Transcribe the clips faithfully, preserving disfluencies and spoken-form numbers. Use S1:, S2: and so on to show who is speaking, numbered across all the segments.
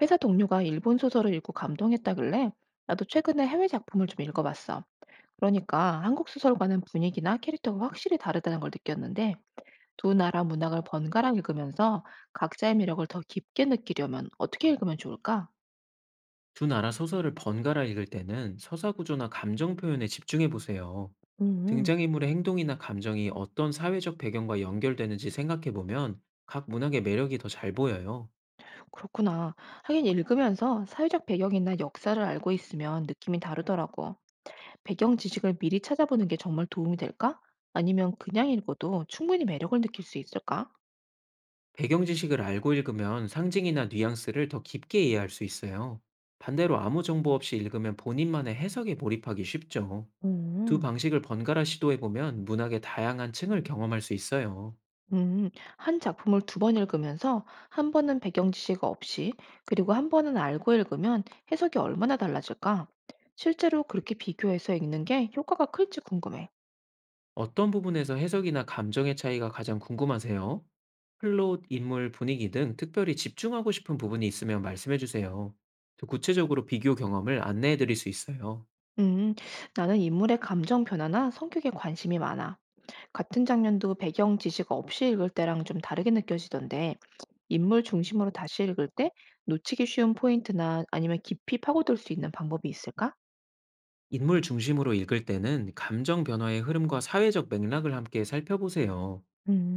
S1: 회사 동료가 일본 소설을 읽고 감동했다길래 나도 최근에 해외 작품을 좀 읽어봤어. 그러니까 한국 소설과는 분위기나 캐릭터가 확실히 다르다는 걸 느꼈는데 두 나라 문학을 번갈아 읽으면서 각자의 매력을 더 깊게 느끼려면 어떻게 읽으면 좋을까?
S2: 두 나라 소설을 번갈아 읽을 때는 서사 구조나 감정 표현에 집중해 보세요.
S1: 음,
S2: 등장인물의 행동이나 감정이 어떤 사회적 배경과 연결되는지 생각해 보면 각 문학의 매력이 더 잘 보여요.
S1: 그렇구나. 하긴 읽으면서 사회적 배경이나 역사를 알고 있으면 느낌이 다르더라고. 배경 지식을 미리 찾아보는 게 정말 도움이 될까? 아니면 그냥 읽어도 충분히 매력을 느낄 수 있을까?
S2: 배경 지식을 알고 읽으면 상징이나 뉘앙스를 더 깊게 이해할 수 있어요. 반대로 아무 정보 없이 읽으면 본인만의 해석에 몰입하기 쉽죠. 두
S1: 음.
S2: 방식을 번갈아 시도해 보면 문학의 다양한 층을 경험할 수 있어요.
S1: 음, 한 작품을 두 번 읽으면서 한 번은 배경 지식 없이 그리고 한 번은 알고 읽으면 해석이 얼마나 달라질까? 실제로 그렇게 비교해서 읽는 게 효과가 클지 궁금해.
S2: 어떤 부분에서 해석이나 감정의 차이가 가장 궁금하세요? 플롯, 인물, 분위기 등 특별히 집중하고 싶은 부분이 있으면 말씀해 주세요. 또 구체적으로 비교 경험을 안내해 드릴 수 있어요.
S1: 음, 나는 인물의 감정 변화나 성격에 관심이 많아. 같은 장면도 배경 지식 없이 읽을 때랑 좀 다르게 느껴지던데, 인물 중심으로 다시 읽을 때 놓치기 쉬운 포인트나 아니면 깊이 파고들 수 있는 방법이 있을까?
S2: 인물 중심으로 읽을 때는 감정 변화의 흐름과 사회적 맥락을 함께 살펴보세요.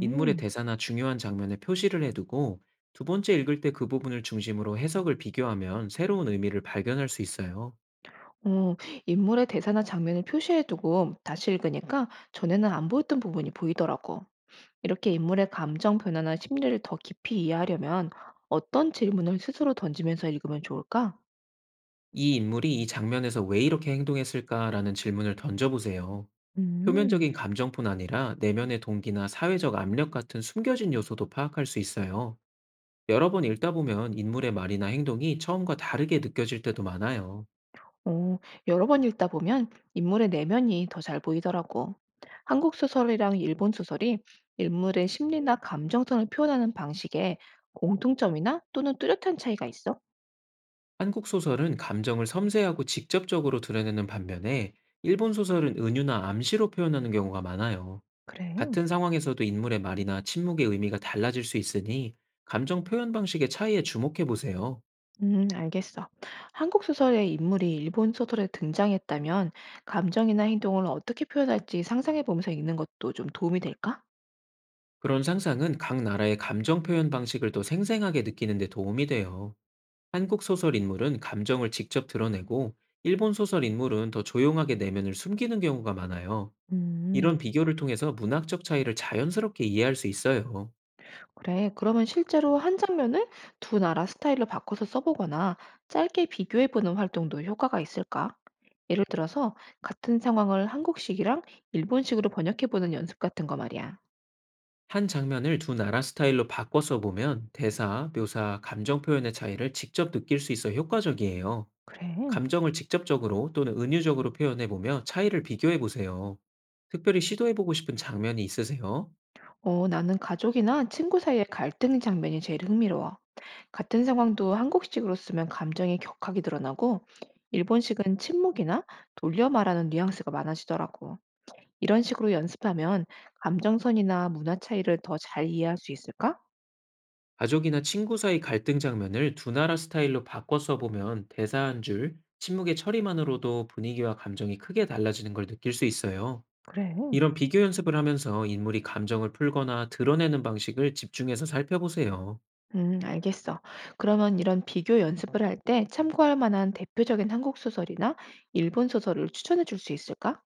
S2: 인물의 대사나 중요한 장면에 표시를 해두고 두 번째 읽을 때 그 부분을 중심으로 해석을 비교하면 새로운 의미를 발견할 수 있어요.
S1: 어, 인물의 대사나 장면을 표시해두고 다시 읽으니까 전에는 안 보였던 부분이 보이더라고. 이렇게 인물의 감정 변화나 심리를 더 깊이 이해하려면 어떤 질문을 스스로 던지면서 읽으면 좋을까?
S2: 이 인물이 이 장면에서 왜 이렇게 행동했을까라는 질문을 던져보세요.
S1: 음,
S2: 표면적인 감정뿐 아니라 내면의 동기나 사회적 압력 같은 숨겨진 요소도 파악할 수 있어요. 여러 번 읽다 보면 인물의 말이나 행동이 처음과 다르게 느껴질 때도 많아요.
S1: 어, 여러 번 읽다 보면 인물의 내면이 더 잘 보이더라고. 한국 소설이랑 일본 소설이 인물의 심리나 감정선을 표현하는 방식에 공통점이나 또는 뚜렷한 차이가 있어?
S2: 한국 소설은 감정을 섬세하고 직접적으로 드러내는 반면에, 일본 소설은 은유나 암시로 표현하는 경우가 많아요.
S1: 그래.
S2: 같은 상황에서도 인물의 말이나 침묵의 의미가 달라질 수 있으니, 감정 표현 방식의 차이에 주목해 보세요.
S1: 음, 알겠어. 한국 소설의 인물이 일본 소설에 등장했다면 감정이나 행동을 어떻게 표현할지 상상해 보면서 읽는 것도 좀 도움이 될까?
S2: 그런 상상은 각 나라의 감정 표현 방식을 더 생생하게 느끼는 데 도움이 돼요. 한국 소설 인물은 감정을 직접 드러내고, 일본 소설 인물은 더 조용하게 내면을 숨기는 경우가 많아요. 이런
S1: 음,
S2: 비교를 통해서 문학적 차이를 자연스럽게 이해할 수 있어요.
S1: 그래, 그러면 실제로 한 장면을 두 나라 스타일로 바꿔서 써보거나 짧게 비교해 보는 활동도 효과가 있을까? 예를 들어서 같은 상황을 한국식이랑 일본식으로 번역해 보는 연습 같은 거 말이야.
S2: 한 장면을 두 나라 스타일로 바꿔서 보면 대사, 묘사, 감정 표현의 차이를 직접 느낄 수 있어 효과적이에요.
S1: 그래.
S2: 감정을 직접적으로 또는 은유적으로 표현해 보며 차이를 비교해 보세요. 특별히 시도해 보고 싶은 장면이 있으세요?
S1: 어, 나는 가족이나 친구 사이의 갈등 장면이 제일 흥미로워. 같은 상황도 한국식으로 쓰면 감정이 격하게 드러나고, 일본식은 침묵이나 돌려 말하는 뉘앙스가 많아지더라고. 이런 식으로 연습하면 감정선이나 문화 차이를 더 잘 이해할 수 있을까?
S2: 가족이나 친구 사이 갈등 장면을 두 나라 스타일로 바꿔 써보면, 대사 한 줄, 침묵의 처리만으로도 분위기와 감정이 크게 달라지는 걸 느낄 수 있어요.
S1: 그래.
S2: 이런 비교 연습을 하면서 인물이 감정을 풀거나 드러내는 방식을 집중해서 살펴보세요.
S1: 음, 알겠어. 그러면 이런 비교 연습을 할 때 참고할 만한 대표적인 한국 소설이나 일본 소설을 추천해 줄 수 있을까?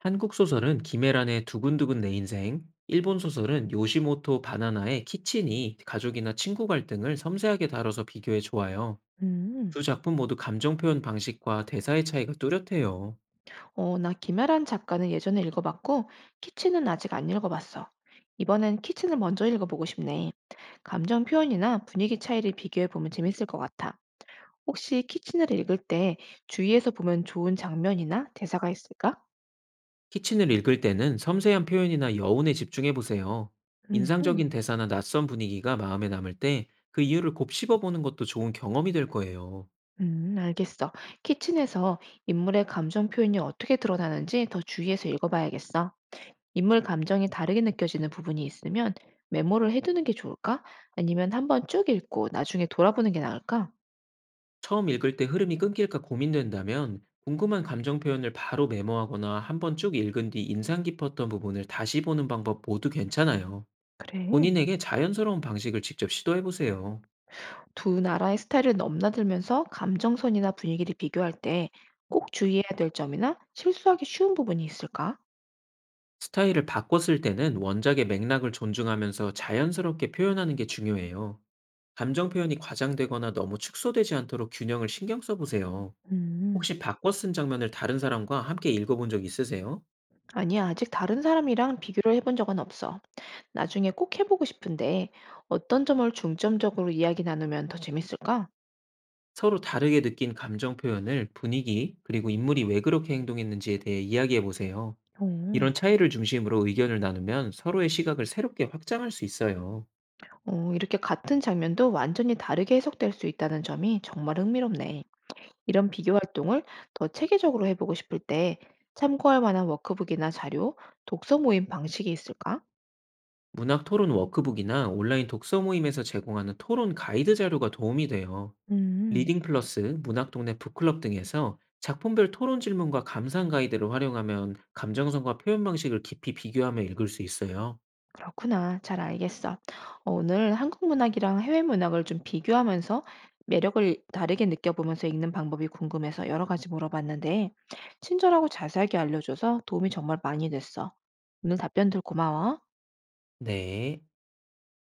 S2: 한국 소설은 김애란의 두근두근 내 인생, 일본 소설은 요시모토 바나나의 키친이 가족이나 친구 갈등을 섬세하게 다뤄서 비교해 좋아요.
S1: 음.
S2: 두 작품 모두 감정 표현 방식과 대사의 차이가 뚜렷해요.
S1: 어, 나 김아란 작가는 예전에 읽어봤고, 키친은 아직 안 읽어봤어. 이번엔 키친을 먼저 읽어보고 싶네. 감정 표현이나 분위기 차이를 비교해보면 재밌을 것 같아. 혹시 키친을 읽을 때 주위에서 보면 좋은 장면이나 대사가 있을까?
S2: 키친을 읽을 때는 섬세한 표현이나 여운에 집중해 보세요.
S1: 음, 음,
S2: 인상적인 대사나 낯선 분위기가 마음에 남을 때, 그 이유를 곱씹어 보는 것도 좋은 경험이 될 거예요.
S1: 음, 알겠어. 키친에서 인물의 감정 표현이 어떻게 드러나는지 더 주의해서 읽어봐야겠어. 인물 감정이 다르게 느껴지는 부분이 있으면 메모를 해두는 게 좋을까? 아니면 한번 쭉 읽고 나중에 돌아보는 게 나을까?
S2: 처음 읽을 때 흐름이 끊길까 고민된다면, 궁금한 감정 표현을 바로 메모하거나 한 번 쭉 읽은 뒤 인상 깊었던 부분을 다시 보는 방법 모두 괜찮아요.
S1: 그래.
S2: 본인에게 자연스러운 방식을 직접 시도해 보세요.
S1: 두 나라의 스타일을 넘나들면서 감정선이나 분위기를 비교할 때 꼭 주의해야 될 점이나 실수하기 쉬운 부분이 있을까?
S2: 스타일을 바꿨을 때는 원작의 맥락을 존중하면서 자연스럽게 표현하는 게 중요해요. 감정 표현이 과장되거나 너무 축소되지 않도록 균형을 신경 써보세요.
S1: 음,
S2: 혹시 바꿔 쓴 장면을 다른 사람과 함께 읽어본 적 있으세요?
S1: 아니야, 아직 다른 사람이랑 비교를 해본 적은 없어. 나중에 꼭 해보고 싶은데 어떤 점을 중점적으로 이야기 나누면 더 재밌을까?
S2: 서로 다르게 느낀 감정 표현을 분위기, 그리고 인물이 왜 그렇게 행동했는지에 대해 이야기해 보세요.
S1: 오.
S2: 이런 차이를 중심으로 의견을 나누면 서로의 시각을 새롭게 확장할 수 있어요.
S1: 어, 이렇게 같은 장면도 완전히 다르게 해석될 수 있다는 점이 정말 흥미롭네. 이런 비교 활동을 더 체계적으로 해보고 싶을 때 참고할 만한 워크북이나 자료, 독서 모임 방식이 있을까?
S2: 문학 토론 워크북이나 온라인 독서 모임에서 제공하는 토론 가이드 자료가 도움이 돼요.
S1: 음,
S2: 리딩 플러스, 문학 동네 북클럽 등에서 작품별 토론 질문과 감상 가이드를 활용하면 감정선과 표현 방식을 깊이 비교하며 읽을 수 있어요.
S1: 그렇구나. 잘 알겠어. 어, 오늘 한국 문학이랑 해외 문학을 좀 비교하면서 매력을 다르게 느껴보면서 읽는 방법이 궁금해서 여러 가지 물어봤는데, 친절하고 자세하게 알려줘서 도움이 정말 많이 됐어. 오늘 답변들 고마워.
S2: 네.